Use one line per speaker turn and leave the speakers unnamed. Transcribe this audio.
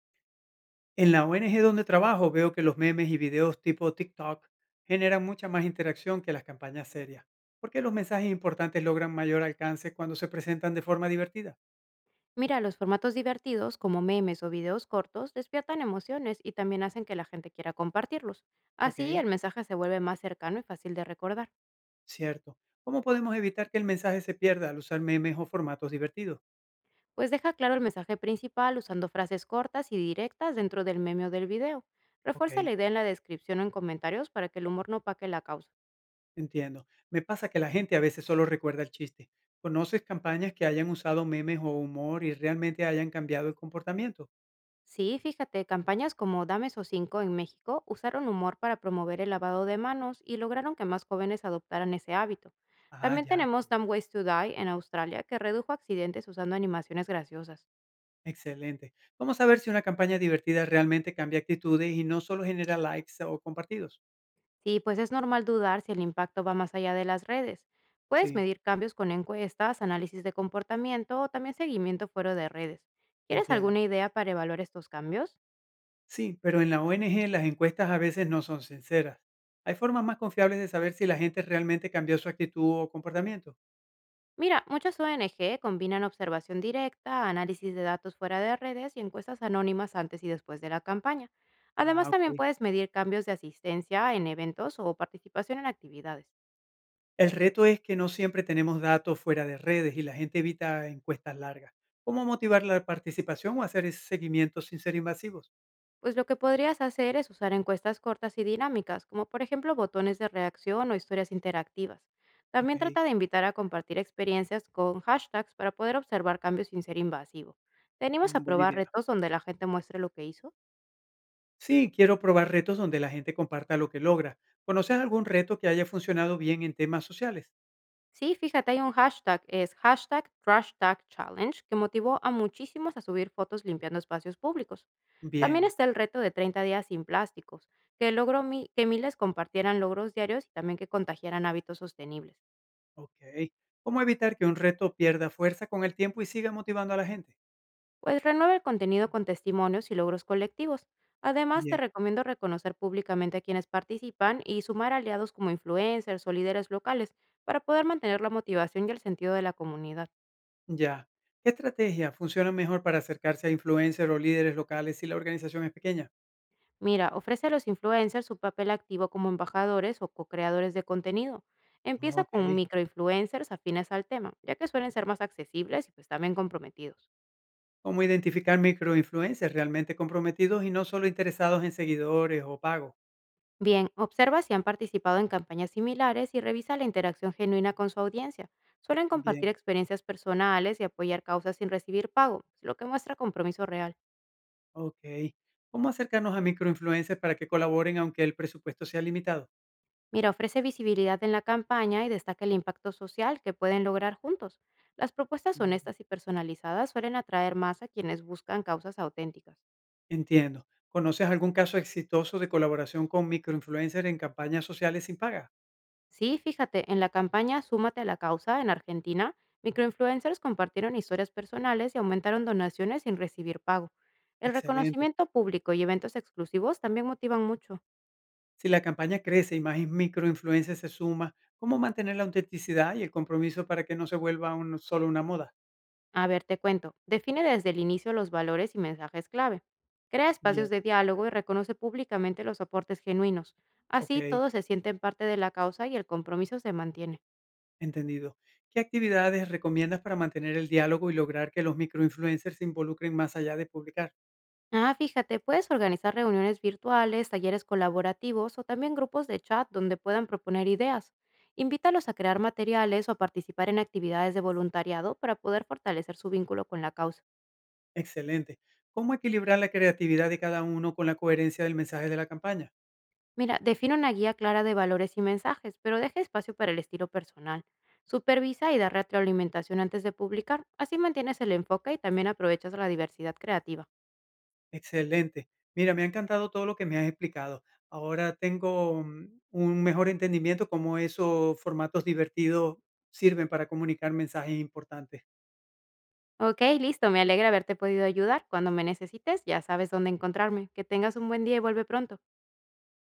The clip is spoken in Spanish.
En la ONG donde trabajo veo que los memes y videos tipo TikTok generan mucha más interacción que las campañas serias, porque los mensajes importantes logran mayor alcance cuando se presentan de forma divertida.
Mira, los formatos divertidos como memes o videos cortos despiertan emociones y también hacen que la gente quiera compartirlos.
Ok,
Así el mensaje se vuelve más cercano y fácil de recordar,
cierto. ¿Cómo podemos evitar que el mensaje se pierda al usar memes o formatos divertidos?
pues deja claro el mensaje principal usando frases cortas y directas dentro del meme o del video.
Ok,
Refuerza la idea en la descripción o en comentarios para que el humor no paque la causa.
entiendo. Me pasa que la gente a veces solo recuerda el chiste. ¿Conoces campañas que hayan usado memes o humor y realmente hayan cambiado el comportamiento?
Sí, fíjate, campañas como Dame esos cinco en México usaron humor para promover el lavado de manos y lograron que más jóvenes adoptaran ese hábito.
Ah,
También
ya.
tenemos Dumb Ways to Die en Australia, que redujo accidentes usando animaciones graciosas.
Excelente. Vamos a ver si una campaña divertida realmente cambia actitudes y no solo genera likes o compartidos.
Sí, pues es normal dudar si el impacto va más allá de las redes. Puedes
Sí,
medir cambios con encuestas, análisis de comportamiento o también seguimiento fuera de redes. ¿Quieres
entiendo.
alguna idea para evaluar estos cambios?
Sí, pero en la ONG las encuestas a veces no son sinceras. Hay formas más confiables de saber si la gente realmente cambió su actitud o comportamiento.
Mira, muchas ONG combinan observación directa, análisis de datos fuera de redes y encuestas anónimas antes y después de la campaña.
Ah,
Además, también
ok.
puedes medir cambios de asistencia en eventos o participación en actividades.
El reto es que no siempre tenemos datos fuera de redes y la gente evita encuestas largas. ¿Cómo motivar la participación o hacer ese seguimiento sin ser invasivos?
Pues lo que podrías hacer es usar encuestas cortas y dinámicas, como por ejemplo botones de reacción o historias interactivas.
Ok,
También trata de invitar a compartir experiencias con hashtags para poder observar cambios sin ser invasivo. ¿Tenemos a
buena
probar
idea.
retos donde la gente muestre lo que hizo?
Sí, quiero probar retos donde la gente comparta lo que logra. ¿Conoces algún reto que haya funcionado bien en temas sociales?
Sí, fíjate, hay un hashtag, es hashtag Trash Tag Challenge, que motivó a muchísimos a subir fotos limpiando espacios públicos. También
Bien,
está el reto de 30 días sin plásticos, que logró que miles compartieran logros diarios y también que contagiaran hábitos sostenibles.
ok. ¿Cómo evitar que un reto pierda fuerza con el tiempo y siga motivando a la gente?
Pues renueva el contenido con testimonios y logros colectivos. Además, te
Bien,
recomiendo reconocer públicamente a quienes participan y sumar aliados como influencers o líderes locales para poder mantener la motivación y el sentido de la comunidad.
ya. ¿Qué estrategia funciona mejor para acercarse a influencers o líderes locales si la organización es pequeña?
Mira, ofrece a los influencers su papel activo como embajadores o co-creadores de contenido. Empieza
Ok.
con microinfluencers afines al tema, ya que suelen ser más accesibles y pues también comprometidos.
¿Cómo identificar microinfluencers realmente comprometidos y no solo interesados en seguidores o pagos?
Bien, observa si han participado en campañas similares y revisa la interacción genuina con su audiencia. Suelen compartir
Bien,
experiencias personales y apoyar causas sin recibir pago, lo que muestra compromiso real.
ok. ¿Cómo acercarnos a microinfluencers para que colaboren aunque el presupuesto sea limitado?
Mira, ofrece visibilidad en la campaña y destaca el impacto social que pueden lograr juntos. Las propuestas
Mm,
honestas y personalizadas suelen atraer más a quienes buscan causas auténticas.
Entiendo. ¿Conoces algún caso exitoso de colaboración con microinfluencers en campañas sociales sin paga?
Sí, fíjate, en la campaña Súmate a la causa en Argentina, microinfluencers compartieron historias personales y aumentaron donaciones sin recibir pago. El
Excelente.
reconocimiento público y eventos exclusivos también motivan mucho.
Si la campaña crece y más microinfluencers se suma, ¿cómo mantener la autenticidad y el compromiso para que no se vuelva solo una moda?
A ver, te cuento. Define desde el inicio los valores y mensajes clave. Crea espacios
Bien,
de diálogo y reconoce públicamente los aportes genuinos. Así
ok,
todos se sienten parte de la causa y el compromiso se mantiene.
entendido. ¿Qué actividades recomiendas para mantener el diálogo y lograr que los microinfluencers se involucren más allá de publicar?
Ah, fíjate, puedes organizar reuniones virtuales, talleres colaborativos o también grupos de chat donde puedan proponer ideas. Invítalos a crear materiales o a participar en actividades de voluntariado para poder fortalecer su vínculo con la causa.
Excelente. ¿Cómo equilibrar la creatividad de cada uno con la coherencia del mensaje de la campaña?
Mira, define una guía clara de valores y mensajes, pero deja espacio para el estilo personal. Supervisa y da retroalimentación antes de publicar. Así mantienes el enfoque y también aprovechas la diversidad creativa.
Excelente. Mira, me ha encantado todo lo que me has explicado. Ahora tengo un mejor entendimiento cómo esos formatos divertidos sirven para comunicar mensajes importantes.
Ok, listo, me alegra haberte podido ayudar. Cuando me necesites, ya sabes dónde encontrarme. Que tengas un buen día y vuelve pronto.